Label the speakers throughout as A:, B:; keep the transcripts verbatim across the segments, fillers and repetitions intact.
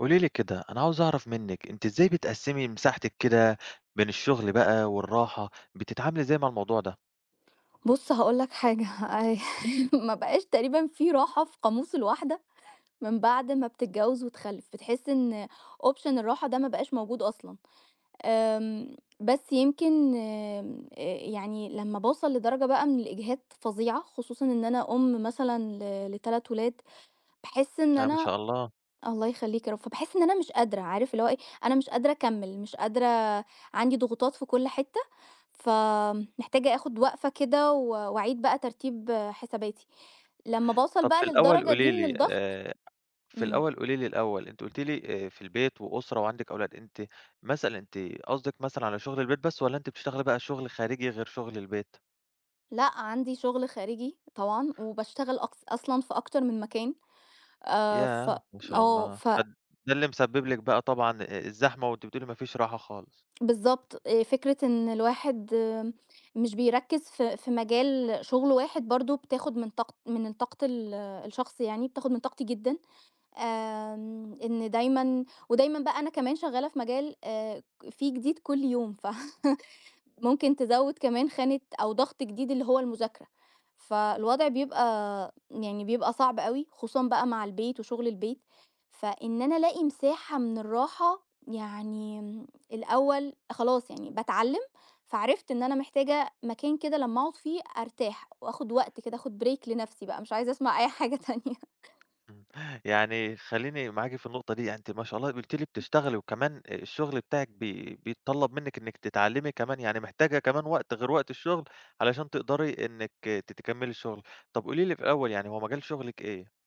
A: قولي لي كده، أنا عاوز أعرف منِّك أنتِ إزاي بتقسّمي مساحتِك كده بين الشغل بقى والراحة، بتتعاملي إزاي مع الموضوع ده؟
B: بُص، هاقول لك حاجة. آآ ما بقاش تقريبًا في راحة في قاموس الواحدة من بعد ما بتتجوز وتخلف، بتحس إن option الراحة ده ما بقاش موجود أصلًا، آمم، بس يمكن آمم، آآ يعني لمّا باوصل لدرجة بقى من الإجهاد فظيعة، خصوصًا إن أنا أم مثلًا ل ل3 ولاد، باحس إن
A: آه، ما
B: أنا
A: شاء الله.
B: الله يخليك يا رب، فباحس إن أنا مش قادرة، عارف اللي هو إيه، أنا مش قادرة أكمّل، مش قادرة. عندي ضغوطات في كل حتة. فمحتاجة آخد وقفة كده و وأعيد بقى ترتيب حساباتي. لمّا باوصل
A: طب
B: بقى
A: في الأول
B: للدرجة دي
A: قولي
B: من
A: لي
B: الضغط
A: آآ، في
B: إمم،
A: الأول قولي لي الأول، أنتِ قُلتِ لي آآ، في البيت وأسرة وعندِك أولاد، أنتِ مثلًا أنتِ قصدِك مثلًا على شغل البيت بس والّا أنتِ بتشتغلي بقى شغل خارجي غير شغل البيت؟
B: لأ عندي شغل خارجي طبعًا، وباشتغل أقص أصلًا في أكتر من مكان. آآ، ف
A: ياه! ما شاء
B: آه،
A: الله،
B: ف
A: فد ده اللي مسبب لِك بقى طبعًا آآ، الزحمة وأنتِ بتقولي ما فيش راحة خالص.
B: بالضبط. آآ، فكرة إن الواحد، آه، مش بيركّز في في مجال شغل واحد، برضه بتاخد من طاق من طاقة ال الشخص يعني، بتاخد من طاقتي جدًا. آمم، إن دايمًا ودايمًا بقى أنا كمان شغّالة في مجال آآ فيه جديد كل يوم، ف ممكن تزوّد كمان خانة أو ضغط جديد اللي هو المذاكرة، فالوضع بيبقى يعني بيبقى صعب أوي، خصوصًا بقى مع البيت وشغل البيت، فإن أنا ألاقي مساحة من الراحة يعني، امم، الأول خلاص يعني باتعلّم، فعرفت إن أنا محتاجة مكان كده لمّا أقعد فيه أرتاح وآخد وقت كده، آخد break لنفسي بقى، مش عايزة أسمع أي حاجة تانية.
A: إمم. يعني خلّيني معاكِ في النقطة دي، يعني أنتِ ما شاء الله قُلتِ لي بتشتغلي وكمان آآ الشغل بتاعِك بي بيتطلّب منِّك إنِّك تتعلّمي كمان، يعني محتاجة كمان وقت غير وقت الشغل علشان تقدري إنِّك ت تكمّلي الشغل. طب قولي لي في الأول يعني هو مجال شغلِك إيه؟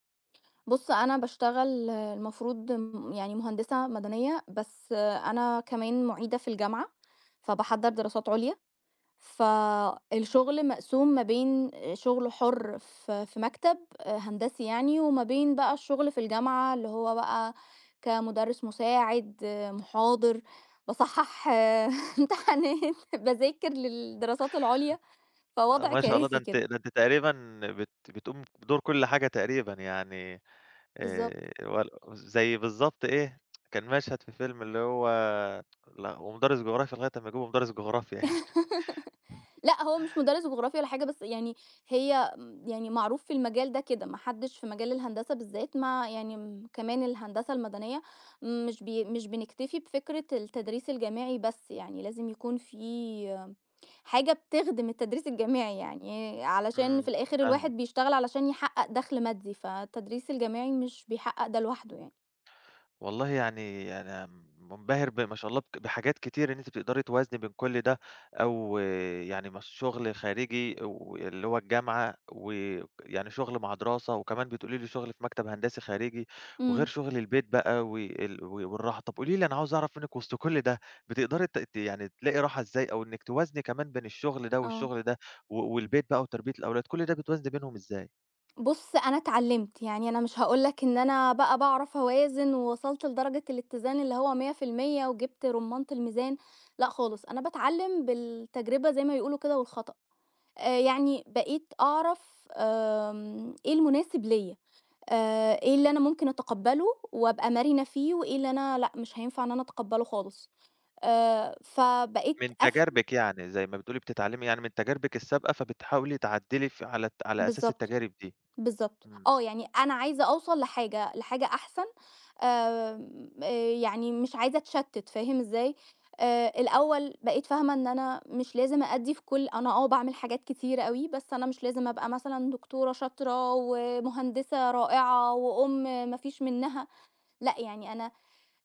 B: بُص، أنا باشتغل المفروض م يعني مهندسة مدنية، بس أنا كمان مُعيدة في الجامعة، فباحضّر دراسات عُليا، فالشغل مقسوم ما بين شغل حُر في في مكتب هندسي يعني، وما بين بقى الشغل في الجامعة اللي هو بقى كمُدرِّس مساعد، مُحاضر، باصحّح امتحانات، باذاكر للدراسات العُليا،
A: آآ
B: فوضع
A: ما شاء الله ده
B: كارثي
A: أنتِ
B: كده.
A: ده أنتِ تقريبًا بت بتقومي بدور كل حاجة تقريبًا يعني آآ
B: بالضبط.
A: ول زي بالضبط إيه، كان مشهد في فيلم اللي هو لا ومدرس جغرافيا لغاية أمّا يجيبوا مدرس جغرافيا يعني.
B: لأ، هو مش مدرس جغرافيا ولا حاجة، بس يعني هي م يعني معروف في المجال ده كده، ما حدش في مجال الهندسة بالذات، ما يعني م كمان الهندسة المدنية م- مش بي مش بنكتفي بفكرة التدريس الجامعي بس، يعني لازم يكون في حاجة بتخدم التدريس الجامعي يعني، علشان في
A: إمم.
B: الآخر الواحد
A: فاهمِك.
B: بيشتغل علشان يحقق دخل مادي، فالتدريس الجامعي مش بيحقق ده لوحده يعني.
A: والله يعني يعني أنا مُنبهر ب ما شاء الله بك بحاجات كتير إن أنتِ بتقدري توازني بين كل ده، أو آه، يعني مس شغل خارجي واللي هو الجامعة، ويعني شغل مع دراسة، وكمان بتقولي لي شغل في مكتب هندسي خارجي، وغير
B: إمم،
A: شغل البيت بقى وال و- والراحة. طب قولي لي أنا عاوز أعرف منِّك وسط كل ده بتقدري ت ت يعني تلاقي راحة إزاي، أو إنِّك توازني كمان بين الشغل ده
B: آه.
A: والشغل ده و والبيت بقى وتربية الأولاد، كل ده بتوازني بينهم إزاي؟
B: بُص، أنا اتعلّمت، يعني أنا مش هاقول لك إن أنا بقى باعرف أوازن ووصلت لدرجة الاتزان اللي هو مية في المية وجِبت رُمّانة الميزان، لأ خالص، أنا باتعلّم بالتجربة زي ما بيقولوا كده والخطأ، آآ يعني بقيت أعرف، آمم إيه المناسب ليّا، آآ إيه اللي أنا ممكن أتقبّله وأبقى مرنة فيه، وإيه اللي أنا لأ، مش هينفع إن أنا أتقبّله خالص. آآ فبقيت
A: من
B: أف
A: تجاربِك يعني، زي ما بتقولي بتتعلمي يعني من تجاربِك السابقة، فبتحاولي تعدّلي ف على على أساس
B: بالضبط.
A: التجارب دي.
B: بالضبط،
A: إمم،
B: آه، يعني أنا عايزة أوصل لحاجة لحاجة أحسن، آمم، آآ، يعني مش عايزة أتشتِّت فاهم إزاي؟ آآ، الأول بقيت فاهمة إن أنا مش لازم أأدّي في كل أنا آه، باعمل حاجات كتيرة أوي، بس أنا مش لازم أبقى مثلًا دكتورة شاطرة ومهندسة رائعة وأم ما فيش منّها، لأ، يعني أنا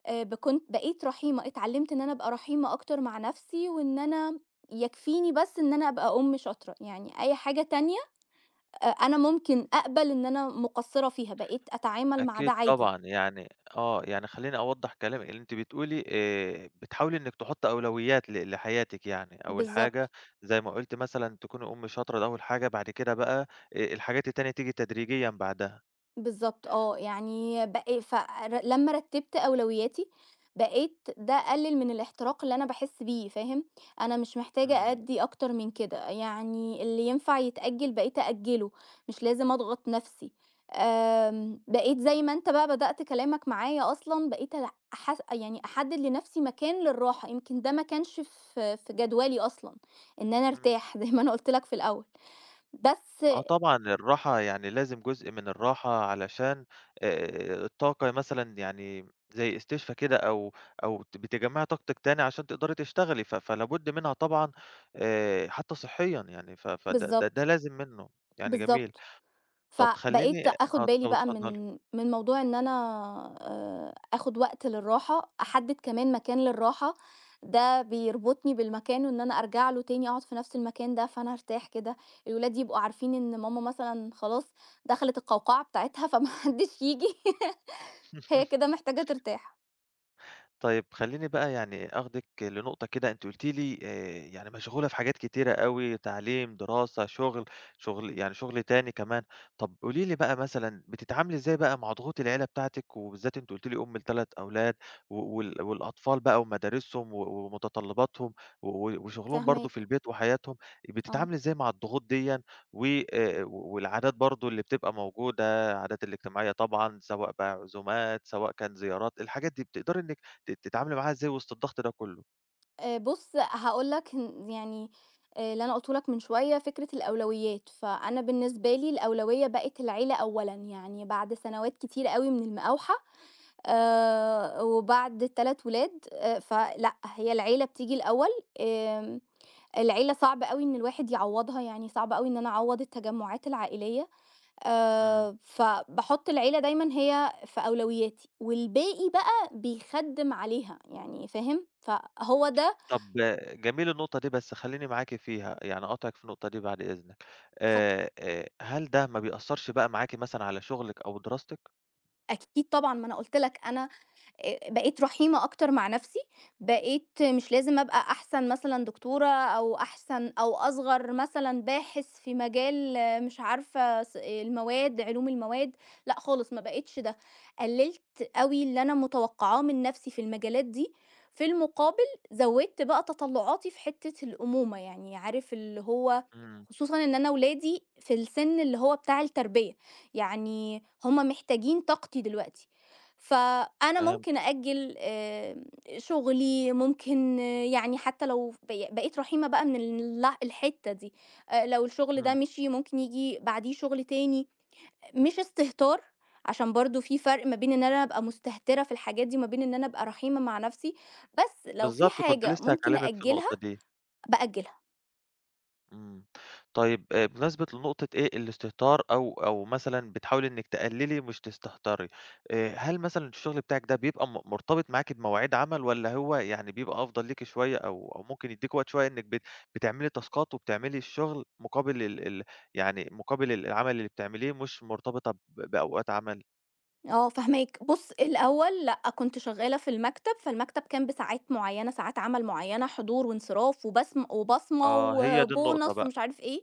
B: آآ، ب كنت بقيت رحيمة، اتعلّمت إن أنا أبقى رحيمة أكتر مع نَفْسي وإن أنا يكفيني بس إن أنا أبقى أم شاطرة، يعني أي حاجة تانية أ أنا ممكن أقبل إن أنا مقصرة فيها، بقيت أتعامل مع
A: أكيد
B: ده عادي.
A: طبعًا، يعني آه، يعني خلّيني أوضّح كلامِك، اللي أنتِ بتقولي آآ، بتحاولي إنِّك تحطّي أولويات ل لحياتِك يعني، أول حاجة
B: بالضبط.
A: زي ما قُلتِ مثلًا تكوني أم شاطرة ده أول حاجة، بعد كده بقى آآ، الحاجات التانية تيجي تدريجيًا بعدها.
B: بالضبط، آه، يعني بق ف ر لمّا رتّبت أولوياتي، بقيت ده قلِّل من الاحتراق اللي أنا باحس بيه، فاهم، أنا مش محتاجة
A: إمم،
B: أدّي أكتر من كده، يعني اللي ينفع يتأجّل بقيت أأجّله، مش لازم أضغط نَفْسي. آمم، بقيت زي ما أنت بقى بدأت كلامك معايا أصلًا، بقيت أل أحس، يعني أحدّد لنَفْسي مكان للراحة، يمكن ده ما كانش في في جدولي أصلًا، إن أنا
A: إمم.
B: أرتاح زي ما أنا قُلت لك في الأول، بس
A: آه طبعًا، الراحة يعني لازم جزء من الراحة علشان آآ الطاقة مثلًا يعني زي استشفا كده أو أو ت بتجمّعي طاقتِك تاني عشان تقدري تشتغلي، ف فلا بُد منها طبعًا آآ حتى صحيًا يعني، ف فده ده ده
B: بالضبط،
A: لازم منّه، يعني جميل.
B: بالضبط.
A: طَب
B: فبقيت
A: خلّيني
B: آخد
A: آه،
B: بالي
A: طَب
B: بقى
A: اتفضلي.
B: من من موضوع إن أنا آآ آخد وقت للراحة، أحدد كمان مكان للراحة، ده بيربطني بالمكان، وإن أنا أرجع له تاني أقعد في نفس المكان ده، فأنا هارتاح كده، الولاد يبقوا عارفين إن ماما مثلًا خلاص دخلت القوقعة بتاعتها فما حدش ييجي، هي كده محتاجة ترتاح.
A: طيب خلّيني بقى يعني آخدِك لنقطة كده أنتِ قُلتِ لي آآ يعني مشغولة في حاجات كتيرة أوي، تعليم، دراسة، شغل، شغل يعني شغل تاني كمان. طب قولي لي بقى مثلًا بتتعاملي إزاي بقى مع ضغوط العيلة بتاعتِك، وبالذات أنتِ قُلتِ لي أم لثلاث أولاد و وال والأطفال بقى ومدارسهم و ومتطلباتهم و و- وشغلهم برضه في
B: فاهماك،
A: البيت وحياتهم،
B: آه.
A: بتتعاملي إزاي مع الضغوط ديًا و آآ والعادات برضه اللي بتبقى موجودة، العادات الاجتماعية طبعًا سواء بقى عزومات، سواء كان زيارات، الحاجات دي بتقدري إنِّك ت تتعاملي معاها إزاي وسط الضغط ده كله؟
B: آآ بُص، هاقول لك إن يعني، آآ اللي أنا قُلته لك من شوية فكرة الأولويات، فأنا بالنسبة لي الأولوية بقت العيلة أولًا، يعني بعد سنوات كتيرة أوي من المقاوحة، آآ وبعد التلات ولاد، آآ فلأ، هي العيلة بتيجي الأول. آمم العيلة صعب أوي إن الواحد يعوّضها، يعني صعب أوي إن أنا أعوّض التجمعات العائلية،
A: إمم.
B: آآ فباحُط العيلة دايمًا هي في أولوياتي، والباقي بقى بيخدِّم عليها، يعني فاهم؟ فهو ده.
A: طب جميل النقطة دي، بس خلّيني معاكِ فيها، يعني أقاطعِك في النقطة دي بعد إذنك.
B: اتفضل.
A: آآ، آآ، هل ده ما بيأثّرش بقى معاكِ مثلًا على شغلِك أو دراستِك؟
B: أكيد طبعًا، ما أنا قُلت لك أنا آآ بقيت رحيمة أكتر مع نَفْسي، بقيت مش لازم أبقى أحسن مثلًا دكتورة، أو أحسن أو أصغر مثلًا باحث في مجال، آه، مش عارفة، ص المواد علوم المواد، لأ خالص، ما بقيتش ده، قلّلت أوي اللي أنا متوقعاه من نَفْسي في المجالات دي، في المقابل زوّدت بقى تطلُّعاتي في حتّة الأمومة، يعني عارف اللي هو،
A: إمم.
B: خصوصًا إن أنا ولادي في السِن اللي هو بتاع التربية، يعني هم محتاجين طاقتي دلوقتي، فأنا
A: فاهم
B: ممكن أأجّل آمم شُغلي، ممكن، آه، يعني حتّى لو بقي بقيت رحيمة بقى من الل الحتّة دي، آآ لو الشغل ده
A: إمم.
B: مشي ممكن ييجي بعديه شغل تاني، مش استهتار، عشان برضه في فرق ما بين إن أنا أبقى مستهترة في الحاجات دي، وما بين إن أنا أبقى رحيمة مع نَفْسي، بس لو في
A: بالضبط، كنت
B: حاجة
A: لسه
B: ممكن
A: هاكلّمِك في
B: أأجّلها،
A: النقطة دي.
B: بأجّلها.
A: إمم. طيب آآ بمناسبة لنقطة إيه، الاستهتار أو أو مثلًا بتحاولي إنِّك تقلّلي مش تستهتري، آآ هل مثلًا الشغل بتاعِك ده بيبقى م مرتبط معاكِ بمواعيد عمل والّا هو يعني بيبقى أفضل ليكِ شوية أو أو ممكن يدّيكِ وقت شوية إنِّك بت بتعملي تاسكات وبتعملي الشغل مقابل ال ال يعني مقابل ال العمل اللي بتعمليه مش مرتبطة ب بأوقات عمل؟
B: آه فاهماك. بُص، الأول لأ، كنت شغّالة في المكتب، فالمكتب كان بساعات معيّنة، ساعات عمل معيّنة، حضور وانصراف وبسم وبصمة
A: آه، هي دي النقطة
B: وبونص
A: بقى.
B: ومش عارف إيه،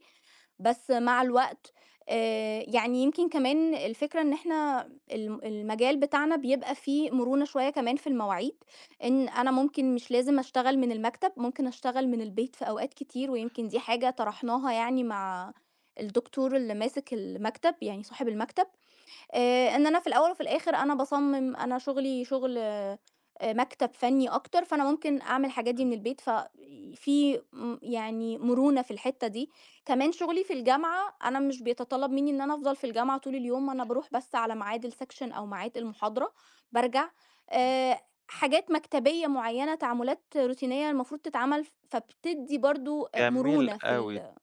B: بس مع الوقت آآ يعني يمكن كمان الفكرة إن إحنا الم المجال بتاعنا بيبقى فيه مرونة شوية كمان في المواعيد، إن أنا ممكن مش لازم أشتغل من المكتب، ممكن أشتغل من البيت في أوقات كتير، ويمكن دي حاجة طرحناها يعني مع الدكتور اللي ماسك المكتب، يعني صاحب المكتب. آآ إن أنا في الأول وفي الآخر أنا باصمم، أنا شغلي شغل، آآ مكتب فني أكتر، فأنا ممكن أعمل الحاجات دي
A: إمم،
B: من البيت، ف في م يعني مرونة في الحتّة دي. كمان شغلي في الجامعة، أنا مش بيتطلب منّي إن أنا أفضل في الجامعة طول اليوم، أنا باروح بس على ميعاد السكشن أو ميعاد المحاضرة بارجع.
A: إمم.
B: آآ حاجات مكتبية معيّنة، تعاملات روتينية المفروض تتعمل، فبتدّي برضه
A: جميل
B: مرونة في
A: أوي.
B: ال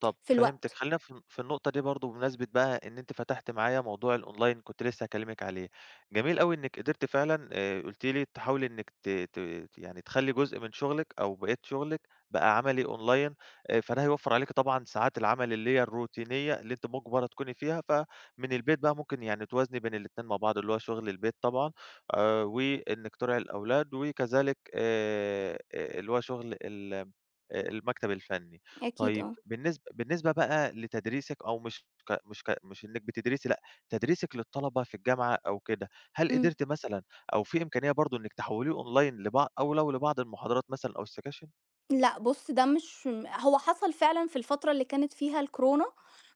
A: طب
B: في
A: فهمتِك،
B: الوقت.
A: خلّينا في في النقطة دي برضه بمناسبة بقى إن أنتِ فتحتِ معايا موضوع الOnline كنت لسه هاكلمِك عليه، جميل أوي إنِّك قدرتِ فعلًا آآ، قلتِ لي تحاولي إنِّك ت ت يعني تخلّي جزء من شغلِك أو بقية شغلِك بقى عملي Online آآ، فده هيوفّر عليكِ طبعًا ساعات العمل اللي هي الروتينية اللي أنتِ مُجبرة تكوني فيها، فمن البيت بقى ممكن يعني توازني بين الاتنين مع بعض، اللي هو شغل البيت طبعًا آآ، وإنِّك تراعي الأولاد وكذلك آآ، اللي هو شغل ال آآ المكتب الفني.
B: أكيد
A: طيب
B: آه.
A: بالنسب بالنسبة بقى لتدريسِك أو مش ك مش ك مش إنِّك بتدرسي لأ، تدريسِك للطلبة في الجامعة أو كده، هل
B: إمم.
A: قدرتِ مثلًا أو في إمكانية برضه إنِّك تحوّليه أونلاين لبع أو لو لبعض المحاضرات مثلًا أو السكاشن؟
B: لأ بُص، ده مش هو حصل فعلًا في الفترة اللي كانت فيها الكورونا،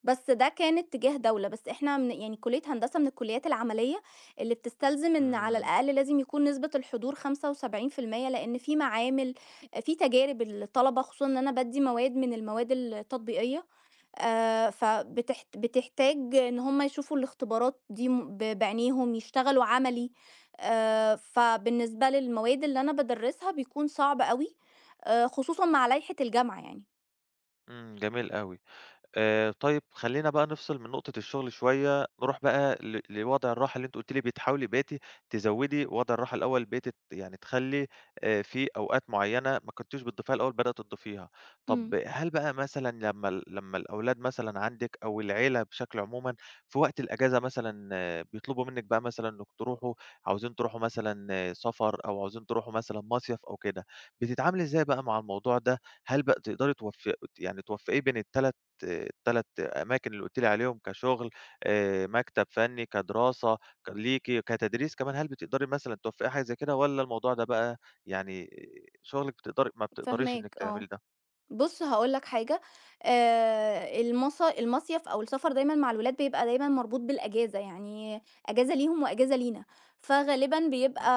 B: بس ده كان اتجاه دولة، بس إحنا من يعني كلية هندسة، من الكليات العملية اللي بتستلزم إن على
A: إمم،
B: الأقل لازم يكون نسبة الحضور خمسة وسبعين في المية لإن في معامل، في تجارب الطلبة، خصوصًا إن أنا بادّي مواد من المواد التطبيقية. آآ، فبتح بتحتاج إن هُم يشوفوا الاختبارات دي م ب بعينيهم، يشتغلوا عملي. آآ، فبالنسبة للمواد اللي أنا بادرسها بيكون صعب أوي، آآ، خصوصًا مع لائحة الجامعة يعني.
A: إمم، جميل أوي. آآ طيب خلّينا بقى نفصل من نقطة الشغل شوية، نروح بقى ل لوضع الراحة اللي أنتِ قُلتِ لي بتحاولي بقيتِ تزوّدي وضع الراحة الأول، بقيتِ ت يعني تخلّي آآ في أوقات معيّنة ما كنتيش بتضيفيها الأول بدأت تضيفيها. طب
B: إمم،
A: هل بقى مثلًا لمّا ال لمّا الأولاد مثلًا عندِك أو العيلة بشكل عمومًا في وقت الأجازة مثلًا آه، بيطلبوا منِّك بقى مثلًا إنّكم تروحوا عاوزين تروحوا مثلًا آه، سفر أو عاوزين تروحوا مثلًا مصيف أو كده، بتتعاملي إزاي بقى مع الموضوع ده؟ هل بقى تقدري توفّ يعني توفّقيه بين ال3 التلات أماكن اللي قُلتِ لي عليهم كشغل، آآ مكتب فني، كدراسة ك ليكِ، كتدريس كمان، هل بتقدري مثلًا توفّقي حاجة زي كده والّا الموضوع ده بقى يعني شغلِك بتقدري ما بتقدريش إنِّك
B: فاهماك،
A: تعملي
B: آه.
A: ده؟
B: بُص هاقول لك حاجة، آآ المص المصيف أو السفر دايمًا مع الولاد بيبقى دايمًا مربوط بالأجازة، يعني أجازة ليهم وأجازة لينا، فغالبًا
A: إمم.
B: بيبقى،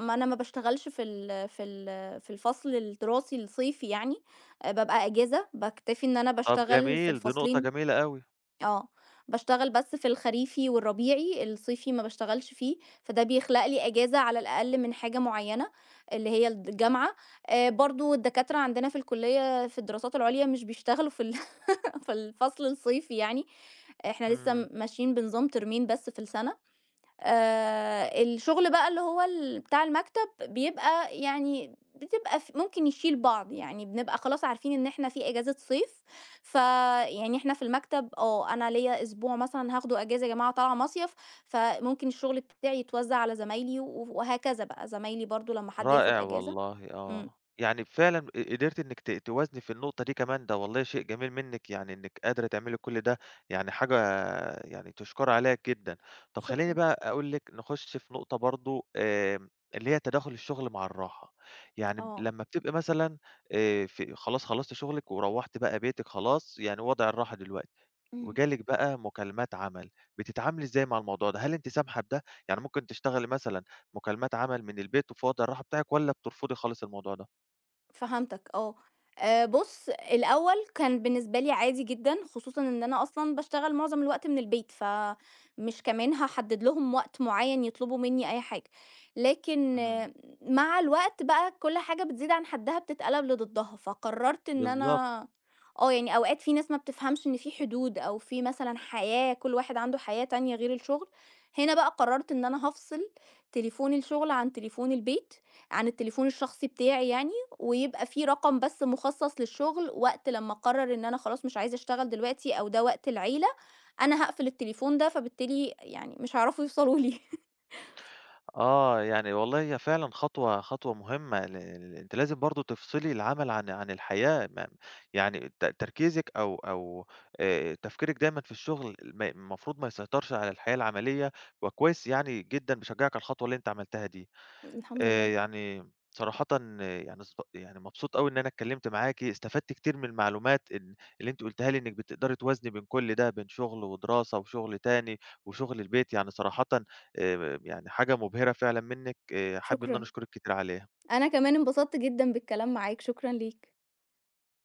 B: ما أنا ما باشتغلش في ال في ال في الفصل الدراسي الصيفي يعني، بابقى أجازة، باكتفي إن أنا
A: طب
B: باشتغل في
A: جميل، دي نقطة
B: الفصلين.
A: جميلة أوي.
B: آه، باشتغل بس في الخريفي والربيعي، الصيفي ما باشتغلش فيه، فده بيخلق لي إجازة على الأقل من حاجة معيّنة اللي هي الد الجامعة، آآ برضه الدكاترة عندنا في الكلية في الدراسات العُليا مش بيشتغلوا في ال في الفصل الصيفي يعني، إحنا لسه
A: إمم.
B: م ماشيين بنظام ترمين بس في السنة. آآ الشغل بقى اللي هو ال بتاع المكتب، بيبقى يعني بتبقى ف ممكن يشيل بعض، يعني بنبقى خلاص عارفين إن إحنا في إجازة صيف، فيعني إحنا في المكتب، آه، أنا ليّا أسبوع مثلًا هاخده إجازة يا جماعة طالعة مصيف، فممكن الشغل بتاعي يتوزّع على زمايلي و وهكذا بقى، زمايلي برضه لمّا حد ياخد
A: رائع
B: إجازة.
A: والله
B: إمم،
A: آه. يعني فعلًا ق قدرتِ إنِّك ت توازني في النقطة دي كمان، ده والله شيء جميل منِّك يعني إنِّك قادرة تعملي كل ده، يعني حاجة يعني تُشكَر عليها جدًا. طب خلّيني
B: شكرًا،
A: بقى أقول لِك نخُش في نقطة برضه آمم، اللي هي تداخُل الشُغل مع الراحة. يعني
B: آه،
A: لمّا بتبقى مثلًا آآ، في خلاص خلّصتِ شُغلِك وروّحتِ بقى بيتِك خلاص، يعني وضع الراحة دلوقتي.
B: إمم.
A: وجالِك بقى مكالمات عمل، بتتعاملي إزاي مع الموضوع ده؟ هل أنتِ سامحة بده؟ يعني ممكن تشتغلي مثلًا مكالمات عمل من البيت وفي وضع الراحة بتاعِك والّا بترفضي خالص الموضوع ده؟
B: فهمتك آه. آآ بُص، الأول كان بالنسبة لي عادي جدًا، خصوصًا إن أنا أصلًا باشتغل معظم الوقت من البيت، فمش كمان هاحدد لهم وقت معيّن يطلبوا منّي أي حاجة. لكن
A: إمم،
B: آه، مع الوقت بقى كل حاجة بتزيد عن حدّها بتتقلب لضدها، فقررت إن
A: بالضبط.
B: أنا آه، يعني أوقات في ناس ما بتفهمش إن في حدود، أو في مثلًا حياة، كل واحد عنده حياة تانية غير الشغل. هنا بقى قررت إن أنا هافصل تليفون الشغل عن تليفون البيت، عن التليفون الشخصي بتاعي يعني. ويبقى في رقم بس مخصص للشغل، وقت لمّا أقرر إن أنا خلاص مش عايزة أشتغل دلوقتي، أو ده وقت العيلة، أنا هاقفل التليفون ده، فبالتالي يعني مش هيعرفوا يوصلوا لي.
A: آه، يعني والله هي فعلًا خطوة خطوة مهمة ل ل أنتِ لازم برضه تفصلي العمل عن عن الحياة، ما يعني ت تركيزِك أو أو آآ، تفكيرِك دايمًا في الشغل ما المفروض ما يسيطرش على الحياة العملية، وكويس يعني جدًا باشجعِك على الخطوة اللي أنتِ عملتيها دي.
B: الحمد
A: آآ
B: لله،
A: يعني صراحةً آه، يعني ص يعني مبسوط أوي إن أنا اتكلّمت معاكِ، استفدت كتير من المعلومات ال اللي أنتِ قُلتيها لي إنِّك بتقدري توازني بين كل ده، بين شغل ودراسة وشغل تاني وشغل البيت، يعني صراحةً آآ يعني حاجة مبهرة فعلًا منِّك، آآ حابب إن أنا
B: شكرًا،
A: أشكرِك كتير عليها.
B: أنا كمان انبسطت جدًا بالكلام معاك، شكرًا ليك.